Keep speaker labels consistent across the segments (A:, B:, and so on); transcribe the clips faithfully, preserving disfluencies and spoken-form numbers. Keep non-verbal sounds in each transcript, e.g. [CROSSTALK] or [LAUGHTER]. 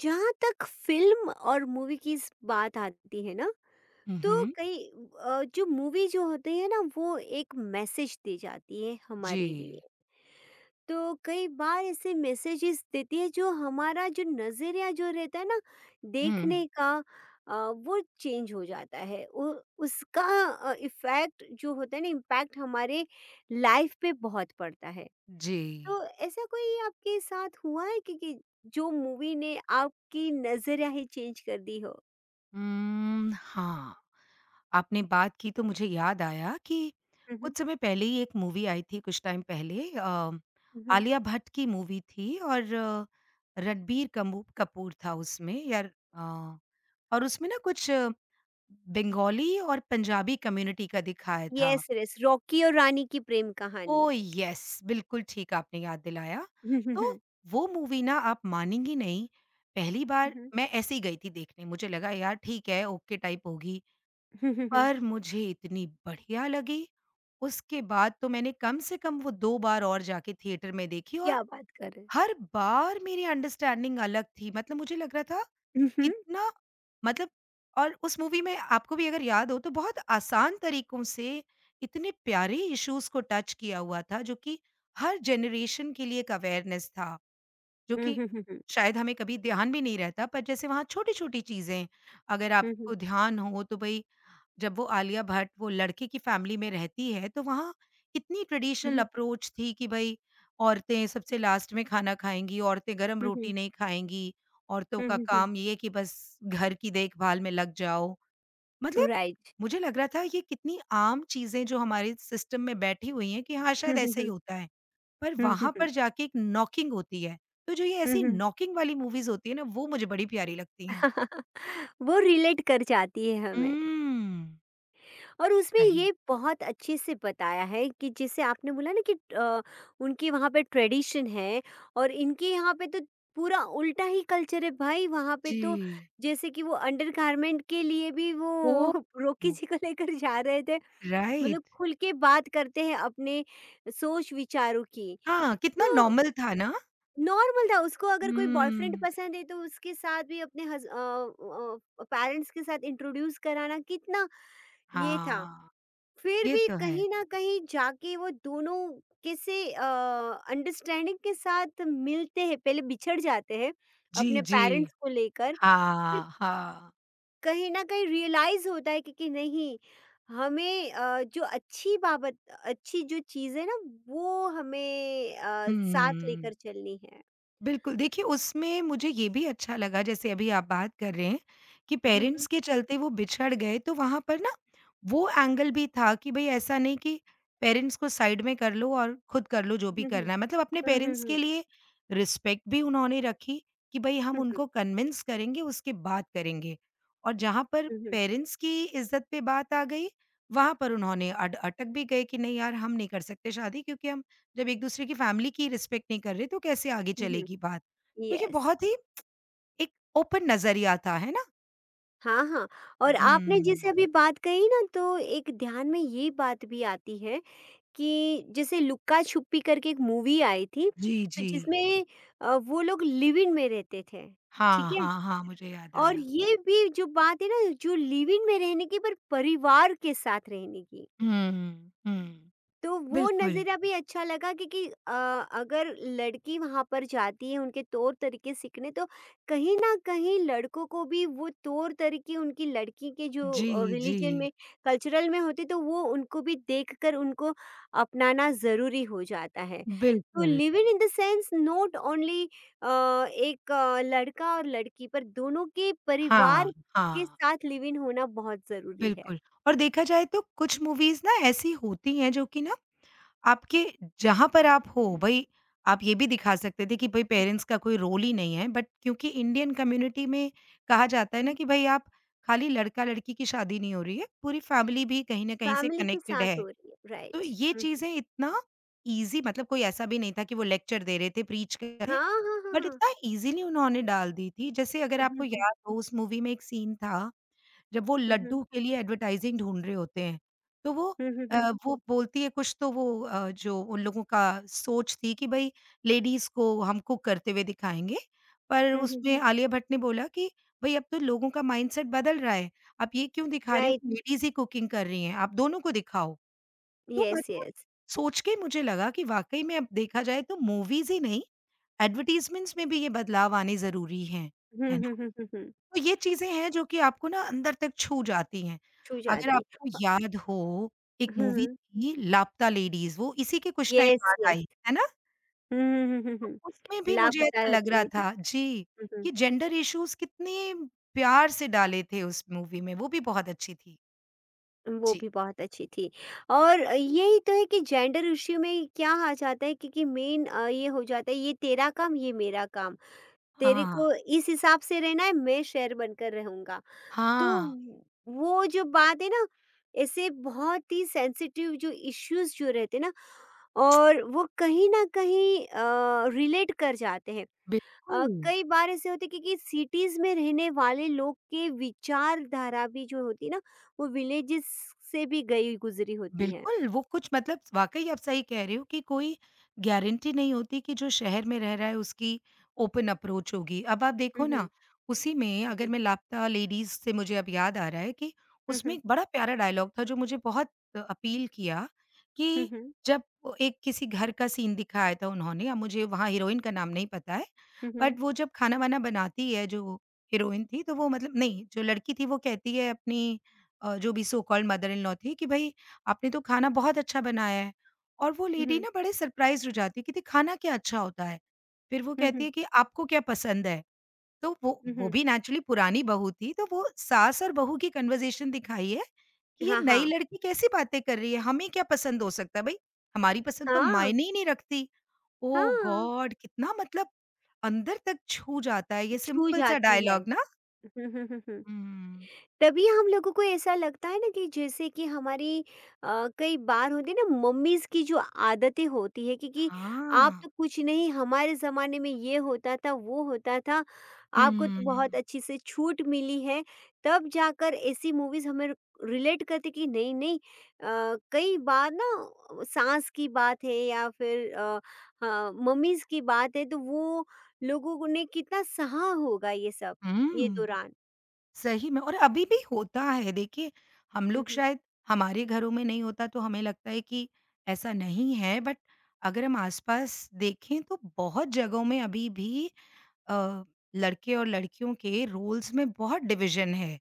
A: जहाँ तक फ़िल्म और मूवी की स बात आती है ना,
B: हुँ,
A: तो
B: हुँ।
A: कई अ, जो मूवी जो होती है ना वो एक मैसेज दे जाती है
B: जी।
A: हमारे लिए। तो कई बार ऐसे मैसेजेस देती है जो हमारा जो नज़रिया जो रहता है ना देखने
B: हुँ।
A: का, अ, वो चेंज हो जाता है। उ उसका अ, इफ़ेक्ट जो होता है ना, इम्पैक्ट हमारे लाइफ़ पे बहुत पड़ता है।
B: जी।
A: तो ऐसा कोई आपके साथ हुआ है कि, कि जो मूवी ने आपकी नज़रिया ही चेंज कर दी हो?
B: उम, हाँ, आपने बात की तो मुझे याद आया कि
A: हुँ, हुँ,
B: कुछ समय पहले ही एक मूवी आई थी कुछ टाइम पहले अ,
A: हुँ, हुँ।
B: आलिया भट्ट की मूवी थी और अ, रणबीर कमू कपूर था उसमें यार अ, और उसमें ना कुछ अ, बंगाली और पंजाबी कम्युनिटी का दिखाया था।
A: यस, यस, रॉकी और रानी की प्रेम कहानी।
B: Oh yes! बिल्कुल ठीक आपने याद दिलाया।
A: हुँ, हुँ,
B: तो
A: हुँ,
B: वो मूवी ना आप मानेंगी नहीं, पहली बार
A: हुँ,
B: मैं ऐसे ही गई थी देखने, मुझे लगा यार ठीक है, ओके टाइप होगी,
A: हुँ, हुँ, हुँ।
B: पर मुझे इतनी बढ़िया लगी, उसके बाद तो मैंने कम से कम वो दो बार और जाके थिएटर में देखी और
A: क्या बात कर रहे हैं!
B: हर बार मेरी अंडरस्टैंडिंग अलग थी। मतलब मुझे लग रहा था
A: हुँ, हुँ,
B: कितना मतलब और उस मूवी में आपको भी अगर याद हो तो बहुत आसान तरीकों से इतने प्यारे इश्यूज को टच किया हुआ था जो कि हर जनरेशन के लिए एक अवेयरनेस था जो
A: हुँ,
B: कि
A: हुँ, हुँ,
B: शायद हमें कभी ध्यान भी नहीं रहता पर जैसे वहाँ छोटी छोटी चीजें अगर
A: हुँ, हुँ,
B: आपको ध्यान हो तो भाई जब वो आलिया भट्ट वो लड़के की फैमिली में रहती है तो वहाँ कितनी
A: हुँ,
B: ट्रेडिशनल
A: हुँ,
B: अप्रोच थी कि भाई औरतें सबसे लास्ट में खाना खाएंगी, औरतें गरम
A: हुँ, हुँ, हुँ,
B: रोटी नहीं खाएंगी, औरतों
A: हुँ,
B: का
A: हुँ, हुँ।
B: काम ये है कि बस घर की देखभाल में लग जाओ। मतलब
A: राइट।
B: मुझे लग रहा था ये कितनी आम चीज़ें जो हमारे सिस्टम में बैठी हुई हैं कि हाँ,
A: हुँ,
B: शायद ऐसा ही
A: हुँ,
B: होता है। पर
A: हुँ, हुँ,
B: वहाँ
A: हुँ,
B: पर जाके एक नॉकिंग होती है, तो जो ये
A: हुँ, हुँ,
B: ऐसी
A: हुँ।
B: नॉकिंग वाली मूवीज़ होती है ना वो मुझे बड़ी प्यारी लगती हैं।
A: [LAUGHS] वो रिलेट कर जाती है
B: हुँ।
A: हमें। और उसमें
B: सही।
A: ये बहुत अच्छे से बताया है कि जैसे आपने बोला ना कि अ, उनके वहाँ पे ट्रेडिशन है, और इनके यहाँ पे तो पूरा उल्टा ही कल्चर है भाई। वहाँ पे
B: जी।
A: तो जैसे कि वो अंडरगारमेंट के लिए भी वो
B: ओह!
A: [LAUGHS] रोकी जी को लेकर जा रहे थे। मतलब
B: राइट।
A: खुल के बात करते हैं अपने सोच विचारों की।
B: हाँ, कितना
A: तो
B: नॉर्मल था ना?
A: नॉर्मल था, उसको अगर कोई बॉयफ्रेंड
B: हुँ।
A: पसंद है तो उसके साथ भी अपने पेरेंट्स के साथ इंट्रोड्यूस कराना कितना ये था।
B: हाँ,
A: फिर
B: ये
A: भी
B: तो है।
A: कहीं न कहीं जाके वो दोनों किसी अ, अंडरस्टैंडिंग के साथ मिलते हैं, पहले बिछड़ जाते हैं
B: जी,
A: अपने
B: जी।
A: पेरेंट्स को लेकर, फिर
B: हाँ, हाँ।
A: कहीं न कहीं रियलाइज़ होता है कि, कि नहीं, हमें अ, जो अच्छी बाबत अच्छी जो चीज़ है ना वो हमें, अ, साथ लेकर
B: हुँ।
A: चलनी है।
B: बिल्कुल, देखिए उसमें मुझे ये भी अच्छा लगा जैसे अभी आप बात कर रहे हैं कि
A: हुँ, हुँ।
B: पेरेंट्स के चलते वो बिछड़ गए तो वहाँ पर ना वो एंगल भी था कि भई ऐसा नहीं कि पेरेंट्स को साइड में कर लो और खुद कर लो जो भी
A: हुँ, हुँ।
B: करना है। मतलब अपने
A: हुँ, हुँ,
B: पेरेंट्स
A: हुँ।
B: के लिए रिस्पेक्ट भी उन्होंने रखी कि भई हम
A: हुँ, हुँ।
B: उनको कन्विंस करेंगे उसके बाद करेंगे। और जहाँ पर
A: हुँ, हुँ।
B: पेरेंट्स की इज़्ज़त पे बात आ गई, वहाँ पर उन्होंने अड अटक भी गए कि नहीं यार हम नहीं कर सकते शादी क्योंकि हम जब एक-दूसरे की फैमिली की रिस्पेक्ट नहीं कर रहे, तो कैसे आगे
A: हुँ, हुँ।
B: चलेगी बात? तो ये
A: यस।
B: बहुत ही एक ओपन नज़रिया था, है ना?
A: हाँ, हाँ। और आपने [LAUGHS] जैसे
B: हुँ।
A: अभी बात कही ना, तो एक ध्यान में ये बात भी आती है कि जैसे लुक्का छुपी करके एक मूवी आई थी,
B: जी,
A: तो
B: जी।
A: जिसमें अ, वो लोग लिव इन में रहते थे,
B: हाँ,
A: ठीक है?
B: हाँ, हाँ, मुझे याद
A: और
B: आया।
A: ये भी जो बात है ना, जो लिव इन में रहने की, पर परिवार के साथ रहने की।
B: हुँ, हुँ।
A: तो वो
B: बिल्कुल।
A: नज़रिया भी अच्छा लगा, क्योंकि अ, अगर लड़की वहाँ पर जाती है उनके तौर तरीके सीखने, तो कहीं ना कहीं लड़कों को भी वो तौर तरीके उनकी लड़की के
B: जी,
A: जो
B: जी।
A: रिलीजन में, कल्चरल में होते, तो वो उनको भी देखकर उनको अपनाना ज़रूरी हो जाता है। तो
B: बिल्कुल।
A: Live in in the sense not only एक, अ, लड़का और लड़की पर दोनों के
B: हाँ,
A: परिवार के
B: हाँ,
A: साथ लिव इन होना बहुत ज़रूरी है।
B: बिल्कुल। और देखा जाए तो कुछ मूवीज़ ना ऐसी होती हैं जो कि ना आपके जहाँ पर आप हो भई, आप ये भी दिखा सकते थे कि भई पेरेंट्स का कोई रोल ही नहीं है, बट क्योंकि इंडियन कम्युनिटी में कहा जाता है ना कि भई आप खाली लड़का-लड़की की शादी नहीं हो रही है, पूरी फैमिली भी कहीं न कहीं से
A: फैमिली के
B: कनेक्टेड
A: साथ
B: है।
A: हो रही है,
B: तो
A: राइट।
B: ये चीज़ें इतना ईज़ी मतलब कोई ऐसा भी नहीं था कि वो लेक्चर दे रहे थे, प्रीच कर रहे थे,
A: हाँ, हाँ, हाँ,
B: बट
A: हाँ।
B: इतना ईज़िली उन्होंने डाल दी थी। जैसे अगर
A: हुँ,
B: आपको
A: हुँ।
B: याद हो उस मूवी में एक सीन था जब वो
A: हुँ, हुँ।
B: लड्डू के लिए एडवर्टाइज़िंग ढूँढ रहे होते हैं, तो वो
A: हुँ, हुँ,
B: अ,
A: हुँ।
B: वो बोलती है कुछ तो वो अ, जो उन लोगों का सोच थी कि भई लेडीज़ को हम कुक करते हुए दिखाएँगे, पर
A: हुँ, हुँ।
B: उसमें हुँ। आलिया भट्ट ने बोला कि भई अब तो लोगों का माइंडसेट बदल रहा है, आप ये क्यों दिखा रही हो
A: राइट।
B: कि लेडीज़ ही कुकिंग कर रही हैं, आप दोनों को दिखाओ। तो
A: यस,
B: मतलब
A: यस।
B: सोच के मुझे लगा कि वाक़ई में अब देखा जाए तो मूवीज़ ही नहीं, एडवर्टाइज़मेंट्स में भी ये बदलाव आने ज़रूरी हैं,
A: हुँ,
B: है
A: हुँ,
B: ना?
A: हुँ, हुँ, हुँ।
B: तो ये चीज़ें हैं जो कि आपको ना अंदर तक छू जाती हैं।
A: छू
B: अगर
A: जाती
B: आपको
A: है।
B: याद हो एक
A: हुँ,
B: मूवी
A: हुँ।
B: थी लापता लेडीज़ वो इसी के कुछ टाइम
A: यस,
B: बाद
A: यस।
B: आई, है ना?
A: हुँ, हुँ, हुँ, हुँ,
B: तो
A: हुँ।
B: उसमें भी मुझे
A: लापता
B: ऐसा लग रहा
A: लेडीज़।
B: था जी,
A: हुँ, हुँ।
B: कि जेंडर इश्यूज़ कितने प्यार से डाले थे उस मूवी में, वो भी बहुत अच्छी थी।
A: वो
B: जी।
A: भी बहुत अच्छी थी। और यही तो है कि जेंडर इश्यू में क्या आ जाता है, क्योंकि मेन, अ, ये हो जाता है ये तेरा काम, ये मेरा काम। तेरे
B: हाँ।
A: को इस हिसाब से रहना है, मैं शेर बनकर रहूँगा। तो
B: हाँ,
A: वो जो बात है ना, ऐसे बहुत ही सेंसिटिव जो इश्यूज जो रहते हैं ना, और वो कहीं ना कहीं रिलेट कर जाते हैं। अ,
B: बिल्कुल।
A: कई बार ऐसे होते कि, कि सिटीज में रहने वाले लोग के विचारधारा भी जो होती है ना, वो विलेजेस से भी गई गुजरी होती है।
B: बिल्कुल, वो कुछ मतलब वाक़ई आप सही कह रहे हो कि कोई गारंटी नहीं होती कि जो शहर में रह रहा है उसकी ओपन अप्रोच होगी। अब आप देखो
A: हम्म,
B: ना, उसी में अगर
A: हम्म,
B: मैं लापता लेडीज़ से मुझे अब याद आ रहा है कि उसमें
A: हम्म,
B: एक बड़ा प्यारा डायलॉग था जो मुझे बहुत अपील किया कि जब वो एक किसी घर का सीन दिखाया था उन्होंने, अब मुझे वहाँ हीरोइन का नाम नहीं पता है,
A: हम्म,
B: बट वो जब खाना-वाना बनाती है जो हीरोइन थी तो वो मतलब नहीं, जो लड़की थी वो कहती है अपनी अ, जो भी so called mother in law थी कि भई आपने तो खाना बहुत अच्छा बनाया है। और वो लेडी
A: हम्म,
B: ना बड़े सरप्राइज़ हो जाती है कि, "देखिए खाना क्या अच्छा होता है?" फिर वो कहती
A: हम्म,
B: है कि, "आपको क्या पसंद है?" तो वो वो
A: हम्म।
B: भी नेचुरली पुरानी बहू थी, तो वो सास और बहू की कन्वर्सेशन दिखाई है कि ये
A: हाँ,
B: नई
A: हाँ,
B: लड़की कैसी बातें कर रही है, हमें क्या पसंद हो सकता है भई? हमारी पसंद तो
A: हाँ,
B: मायने ही नहीं रखती। ओह
A: हाँ।
B: गॉड! कितना मतलब अंदर तक छू जाता है ये
A: छू
B: सिंपल सा
A: जाती है।
B: डायलॉग ना?
A: [LAUGHS] हम्म, हम्म।
B: हुँ।
A: तभी हम लोगों को ऐसा लगता है ना कि जैसे कि हमारी, अ, कई बार होती है ना मम्मीज की जो आदतें होती है, क्योंकि आप
B: हाँ।
A: तो कुछ नहीं, हमारे ज़माने में ये होता था वो होता था, आपको तो बहुत
B: हुँ।
A: अच्छी से छूट मिली है। तब जाकर ऐसी मूवीज हमें रिलेट करती कि नहीं नहीं, अ, कई बार ना सास की बात है या फिर अ, हाँ, मम्मीज की बात है, तो वो लोगों को ने कितना सहा होगा ये सब ये
B: हुँ।
A: दौरान।
B: सही में और अभी भी होता है देखिए, हम लोग
A: हम्म,
B: शायद हमारे घरों में नहीं होता तो हमें लगता है कि ऐसा नहीं है बट अगर हम आस-पास देखें तो बहुत जगहों में अभी भी अ, लड़के और लड़कियों के रोल्स में बहुत डिवीज़न है।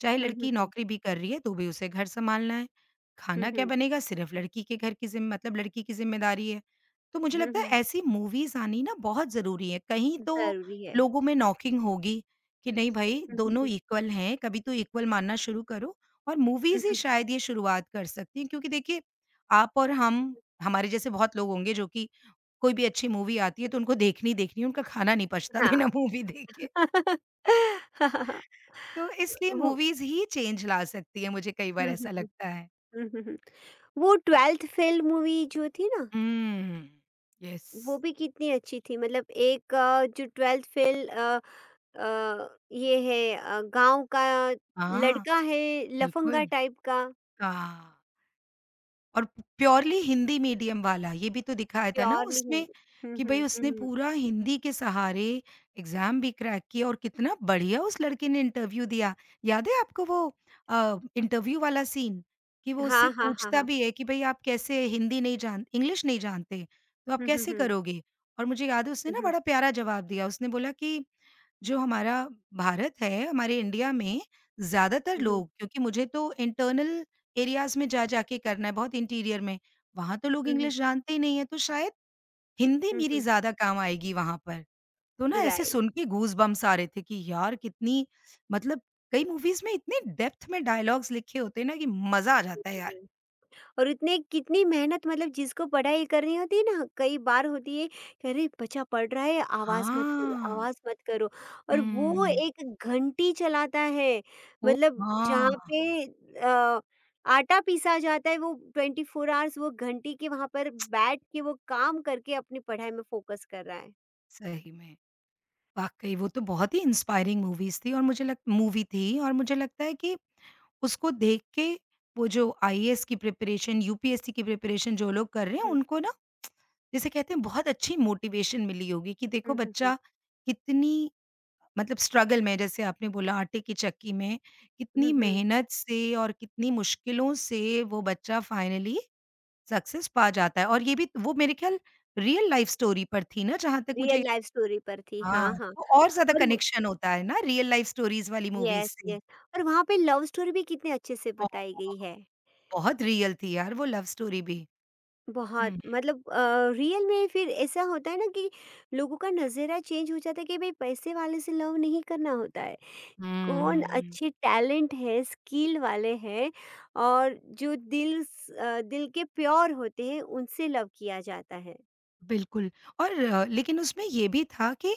B: चाहे
A: हम्म, हम्म,
B: लड़की
A: हम्म।
B: नौकरी भी कर रही है तो भी उसे घर सँभालना है,
A: हुँ,
B: खाना क्या
A: हुँ।
B: बनेगा सिर्फ़ लड़की के घर की ज़िम मतलब लड़की की ज़िम्मेदारी है। तो मुझे
A: हुँ,
B: लगता है
A: हुँ।
B: ऐसी मूवीज़ आनी ना बहुत ज़रूरी है, कहीं तो
A: ज़रूरी है।
B: लोगों में नॉकिंग होगी कि नहीं भई
A: हुँ, हुँ,
B: दोनों
A: हुँ।
B: इक्वल हैं, कभी तो इक्वल मानना शुरू करो और
A: हुँ,
B: मूवीज़ ही
A: हुँ।
B: शायद ये शुरुआत कर सकती हैं क्योंकि देखिए, आप और हम, हमारे जैसे बहुत लोग होंगे जो कि कोई भी अच्छी मूवी आती है तो उनको देखनी ही देखनी है, उनका खाना नहीं पचता
A: हाँ।
B: बिना मूवी देखे।
A: [LAUGHS]
B: तो इसलिए
A: वो।
B: मूवीज़ ही चेंज ला सकती है, मुझे कई बार
A: हुँ, हुँ,
B: ऐसा
A: हुँ।
B: लगता है।
A: हुँ, हुँ, हुँ। वो ट्वेल्थ फेल मूवी जो थी ना,
B: हुँ। यस।
A: वो भी कितनी अच्छी थी। मतलब एक अ, जो ट्वेल्थ फेल अ अ, ये है, अ, गाँव का
B: हाँ,
A: लड़का है, लफंगा
B: बिल्कुल।
A: टाइप का,
B: हाँ। और प्योरली हिंदी मीडियम वाला, ये भी तो दिखाया था ना
A: प्योरली
B: उसमें
A: हिंद हुँ,
B: कि
A: हुँ।
B: भई
A: हुँ,
B: उसने
A: हुँ।
B: पूरा हिंदी के सहारे एग्ज़ाम भी क्रैक किया और कितना बढ़िया उस लड़के ने इंटरव्यू दिया। याद है आपको वो अ, इंटरव्यू वाला सीन? कि वो उससे
A: हाँ, हाँ, हाँ,
B: पूछता
A: हाँ।
B: भी है कि भई आप कैसे हिंदी नहीं जान इंग्लिश नहीं जानते, तो आप
A: हुँ, हुँ,
B: कैसे
A: हुँ।
B: करोगे? और मुझे याद है उसने
A: हुँ,
B: ना
A: हुँ।
B: बड़ा प्यारा जवाब दिया, उसने बोला कि जो हमारा भारत है, हमारे इंडिया में ज़्यादातर
A: हुँ, हुँ।
B: लोग क्योंकि मुझे तो इंटरनल एरियाज़ में जा जाके करना है, बहुत इंटीरियर में, वहाँ तो लोग
A: हुँ, हुँ।
B: इंग्लिश जानते ही नहीं है, तो शायद हिंदी
A: हुँ,
B: मेरी
A: हुँ।
B: ज़्यादा काम आएगी वहाँ पर। तो ना ऐसे
A: राइट।
B: सुन के गूज़बम्प्स आ रहे थे कि यार कितनी मतलब कई मूवीज़ में इतने डेप्थ में डायलॉग्स लिखे होते हैं ना कि मज़ा आ जाता है यार।
A: और इतने कितनी मेहनत, मतलब जिसको पढ़ाई करनी होती है ना, कई बार होती है कि अरे बच्चा पढ़ रहा है, आवाज़ मत करो,
B: हाँ।
A: आवाज़ मत करो। और वो
B: हुँ।
A: एक घंटी चलाता है,
B: ओह!
A: मतलब जहाँ
B: हाँ,
A: पे अ, आटा पीसा जाता है, वो ट्वेंटी फोर आवर्स वो घंटी के वहां पर बैठ के वो काम करके अपनी पढ़ाई में फोकस कर रहा है।
B: सही में। वाक़ई वो तो बहुत ही इंस्पायरिंग मूवीज़ थी और मुझे लग मूवी थी और मुझे लगता है कि उसको देख के वो जो आईएएस की प्रिपरेशन, यूपीएससी की प्रिपरेशन जो लोग कर रहे हैं
A: हम्म,
B: उनको ना जिसे कहते हैं बहुत अच्छी मोटिवेशन मिली होगी कि देखो
A: हम्म, हम्म,
B: बच्चा कितनी मतलब स्ट्रगल में जैसे आपने बोला आटे की चक्की में
A: हम्म,
B: कितनी
A: हम्म।
B: मेहनत से और कितनी मुश्किलों से वो बच्चा फाइनली सक्सेस पा जाता है। और ये भी वो मेरे ख़्याल रियल लाइफ़ स्टोरी पर थी ना जहाँ तक मुझे
A: रियल लाइफ स्टोरी पर थी,
B: हाँ,
A: हाँ, हाँ।
B: तो और ज़्यादा
A: और
B: कनेक्शन होता है ना रियल लाइफ स्टोरीज़ वाली मूवीज़
A: यस,
B: से।
A: यस। और वहां पे लव स्टोरी भी कितने अच्छे से
B: ओह!
A: बताई गई है।
B: बहुत रियल थी यार वो लव स्टोरी भी।
A: बहुत,
B: हुँ।
A: मतलब अ, रियल में फिर ऐसा होता है ना कि लोगों का नज़रिया चेंज हो जाता है कि भाई पैसे वाले से लव नहीं करना होता है। कौन
B: हुँ।
A: अच्छे टैलेंट है, स्किल वाले हैं, और जो दिल स- अ, दिल के प्योर होते हैं उनसे लव किया जाता है।
B: बिल्कुल और अ, लेकिन उसमें ये भी था कि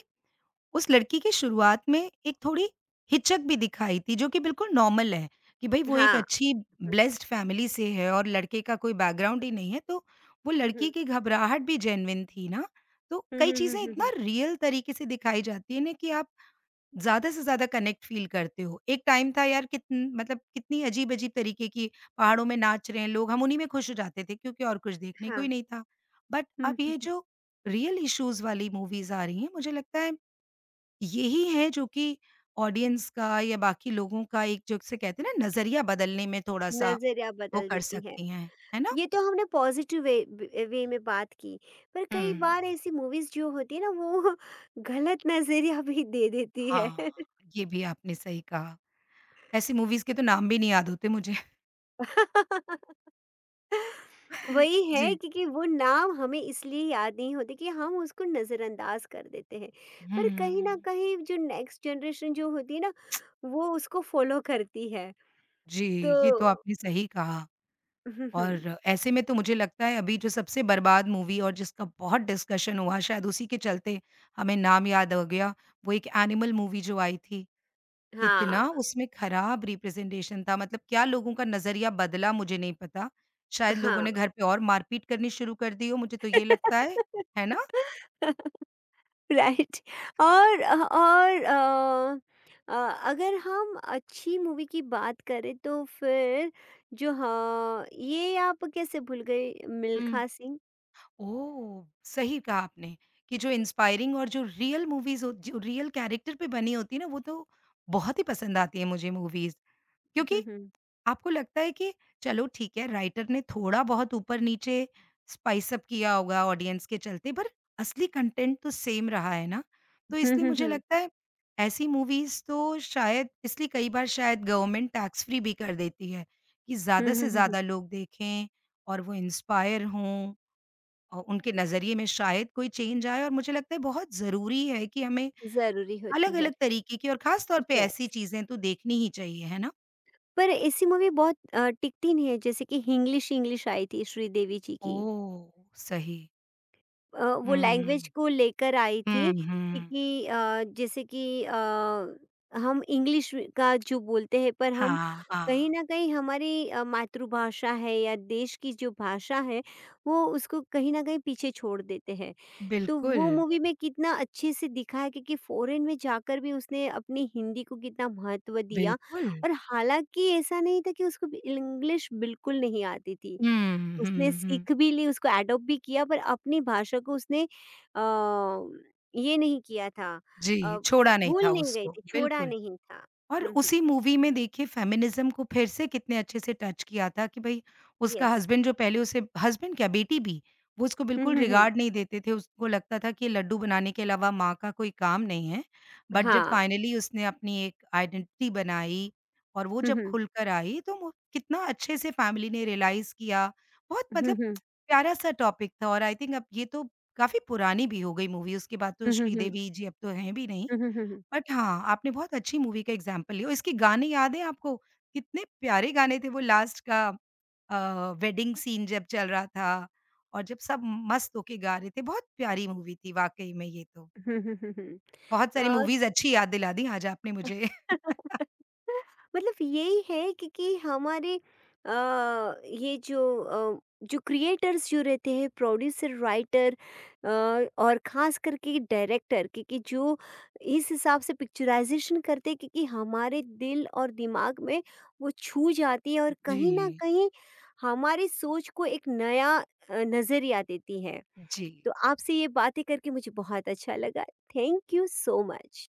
B: उस लड़की की शुरुआत में एक थोड़ी हिचक भी दिखाई थी जो कि बिल्कुल नॉर्मल है, कि भई वो एक
A: हाँ। [LAUGHS]
B: अच्छी ब्लेस्ड फैमिली से है और लड़के का कोई बैकग्राउंड ही नहीं है, तो वो
A: हम्म,
B: लड़की
A: हम्म,
B: की घबराहट भी जेन्युइन थी ना। तो
A: हम्म,
B: कई
A: हम्म,
B: चीज़ें
A: हम्म,
B: इतना
A: हम्म।
B: रियल तरीके से दिखाई जाती है ना कि आप ज़्यादा से ज़्यादा कनेक्ट फ़ील करते हो? एक टाइम था यार कितन मतलब कितनी अजीब-अजीब तरीके की पहाड़ों में नाच रहे हैं लोग, हम उन्हीं में खुश हो जाते थे क्योंकि और कुछ
A: [LAUGHS]
B: देखने को ही
A: हाँ।
B: नहीं था। बट
A: हम्म,
B: अब
A: हम्म,
B: ये
A: हम्म।
B: जो रियल इश्यूज़ वाली मूवीज़ आ रही हैं, मुझे लगता है यही है जो कि ऑडियंस का या बाकी लोगों का एक जिसे कहते हैं ना नज़रिया बदलने में थोड़ा-सा
A: नज़रिया
B: वो
A: बदल
B: कर
A: देती है।
B: सकती हैं। है ना?
A: ये तो हमने पॉजिटिव वे वे वे में बात की, पर
B: हुँ।
A: कई बार ऐसी मूवीज़ जो होती है ना वो [LAUGHS] गलत नज़रिया भी दे देती है।
B: हाँ, ये भी आपने सही कहा। ऐसी मूवीज़ के तो नाम भी नहीं याद होते मुझे।
A: [LAUGHS]
B: [LAUGHS]
A: वही है
B: जी।
A: क्योंकि वो नाम हमें इसलिए याद नहीं होते कि हम उसको नज़रअंदाज़ कर देते हैं। पर कहीं न
B: हुँ।
A: कहीं जो नेक्स्ट जनरेशन जो होती है ना, वो उसको फ़ॉलो करती है।
B: जी,
A: तो
B: ये तो आपने सही कहा
A: [LAUGHS] हुँ, हुँ।
B: और ऐसे में तो मुझे लगता है अभी जो सबसे बर्बाद मूवी और जिसका बहुत डिस्कशन हुआ शायद उसी के चलते हमें नाम याद हो गया, वो एक एनिमल मूवी जो आई थी। कितना
A: हाँ,
B: उसमें खराब रिप्रेज़ेंटेशन था मतलब क्या लोगों का नज़रिया बदला मुझे नहीं पता। शायद लोगों
A: हाँ।
B: ने घर पे और मारपीट करनी शुरू कर दी हो मुझे तो ये लगता है, है ना?
A: [LAUGHS] राइट। और और अ, अ, अगर हम अच्छी मूवी की बात करें तो फिर, जो, हाँ, ये आप कैसे भूल गए,
B: हुँ।
A: मिल्खा सिंह।
B: ओह! सही कहा आपने कि जो इंस्पायरिंग और जो रियल मूवीज़ हो जो रियल कैरेक्टर पे बनी होती है ना, वो तो बहुत ही पसंद आती है मुझे मूवीज़।
A: हम्म,
B: क्योंकि
A: हम्म,
B: आपको लगता है कि चलो ठीक है, राइटर ने थोड़ा-बहुत ऊपर-नीचे स्पाइस अप किया होगा ऑडियंस के चलते, पर असली कंटेंट तो सेम रहा है ना। तो
A: हम्म,
B: इसलिए
A: हम्म,
B: मुझे
A: हम्म,
B: लगता है ऐसी मूवीज़ तो शायद इसलिए कई बार शायद गवर्नमेंट टैक्स फ्री भी कर देती है कि ज़्यादा
A: हम्म,
B: से
A: हम्म, हम्म।
B: ज़्यादा लोग देखें और वो इंस्पायर हों। और उनके नज़रिए में शायद कोई चेंज आए और मुझे लगता है बहुत ज़रूरी है कि हमें
A: जरूरी होती है।
B: अलग-अलग तरीके की और ख़ास तौर पे ऐसी
A: यस।
B: चीज़ें तो देखनी ही चाहिए, है ना?
A: पर ऐसी मूवी बहुत अ, टिकती नहीं है, जैसे कि हिंग्लिश इंग्लिश आई थी श्रीदेवी जी की।
B: ओह! सही।
A: अ, वो लैंग्वेज
B: हुँ।
A: को लेकर आई थी,
B: हुँ, हुँ।
A: क्योंकि अ, जैसे कि अ, हम इंग्लिश का जो बोलते हैं, पर हम
B: हाँ,
A: कहीं
B: हाँ।
A: ना कहीं, हमारी अ, मातृभाषा है या देश की जो भाषा है, वो उसको कहीं ना कहीं पीछे छोड़ देते हैं। तो
B: बिल्कुल,
A: वो मूवी में कितना अच्छे से दिखा है क्योंकि फॉरेन में जाकर भी उसने अपनी हिंदी को कितना महत्व दिया।
B: बिल्कुल।
A: और हालांकि ऐसा नहीं था कि उसको भी- इंग्लिश बिल्कुल नहीं आती थी,
B: हुँ,
A: उसने
B: हुँ, हुँ।
A: सीख भी ली, उसको एडॉप्ट भी किया, पर अपनी भाषा को उसने अ, ये नहीं किया था, अ,
B: जी, छोड़ा नहीं
A: भूल
B: था
A: नहीं गई
B: उसको,
A: थी, छोड़ा
B: बिल्कुल।
A: नहीं था।
B: और
A: हुँ, हुँ,
B: उसी मूवी में देखिए फ़ेमिनिज़्म को फिर से कितने अच्छे से टच किया था कि भई उसका
A: येस।
B: हस्बैंड जो पहले उसे हस्बैंड क्या बेटी भी, वो उसको
A: हुँ,
B: बिल्कुल
A: हुँ, हुँ।
B: रिगार्ड नहीं देते थे, उसको लगता था कि लड्डू बनाने के अलावा माँ का कोई काम नहीं है। बट जब
A: हाँ।
B: फाइनली उसने अपनी एक आइडेंटिटी बनाई और वो
A: हुँ,
B: जब
A: हुँ।
B: खुलकर आई तो वो कितना अच्छे से फैमिली ने रियलाइज़ किया। बहुत
A: हुँ,
B: मतलब
A: हुँ।
B: प्यारा-सा टॉपिक था और आई थिंक अब ये तो काफ़ी पुरानी भी हो गई मूवी, उसके बाद तो
A: हुँ, हुँ, हुँ।
B: श्रीदेवी जी अब तो हैं भी नहीं।
A: हुँ, हुँ, हुँ, हुँ।
B: बट हाँ, आपने बहुत अच्छी मूवी का एग्ज़ाम्पल लिया और इसके गाने याद हैं आपको? कितने प्यारे गाने थे वो लास्ट का अ, वेडिंग सीन जब चल रहा था और जब सब मस्त होके गा रहे थे, बहुत प्यारी मूवी थी वाक़ई में ये तो।
A: हुँ, हुँ, हुँ, हुँ।
B: बहुत सारी
A: अ,
B: मूवीज़ अच्छी याद दिला दी आज आपने मुझे। [LAUGHS]
A: मतलब यही है कि, कि हमारे, अ, ये जो, अ, जो क्रिएटर्स जो रहते हैं, प्रोड्यूसर, राइटर, और खास करके डायरेक्टर, क्योंकि जो इस हिसाब से पिक्चराइजेशन करते हैं, क्योंकि हमारे दिल और दिमाग में वो छू जाती है और कहीं ना
B: जी।
A: कहीं हमारी सोच को एक नया नज़रिया देती है।
B: जी।
A: तो आपसे ये बातें करके मुझे बहुत अच्छा लगा। Thank you so much.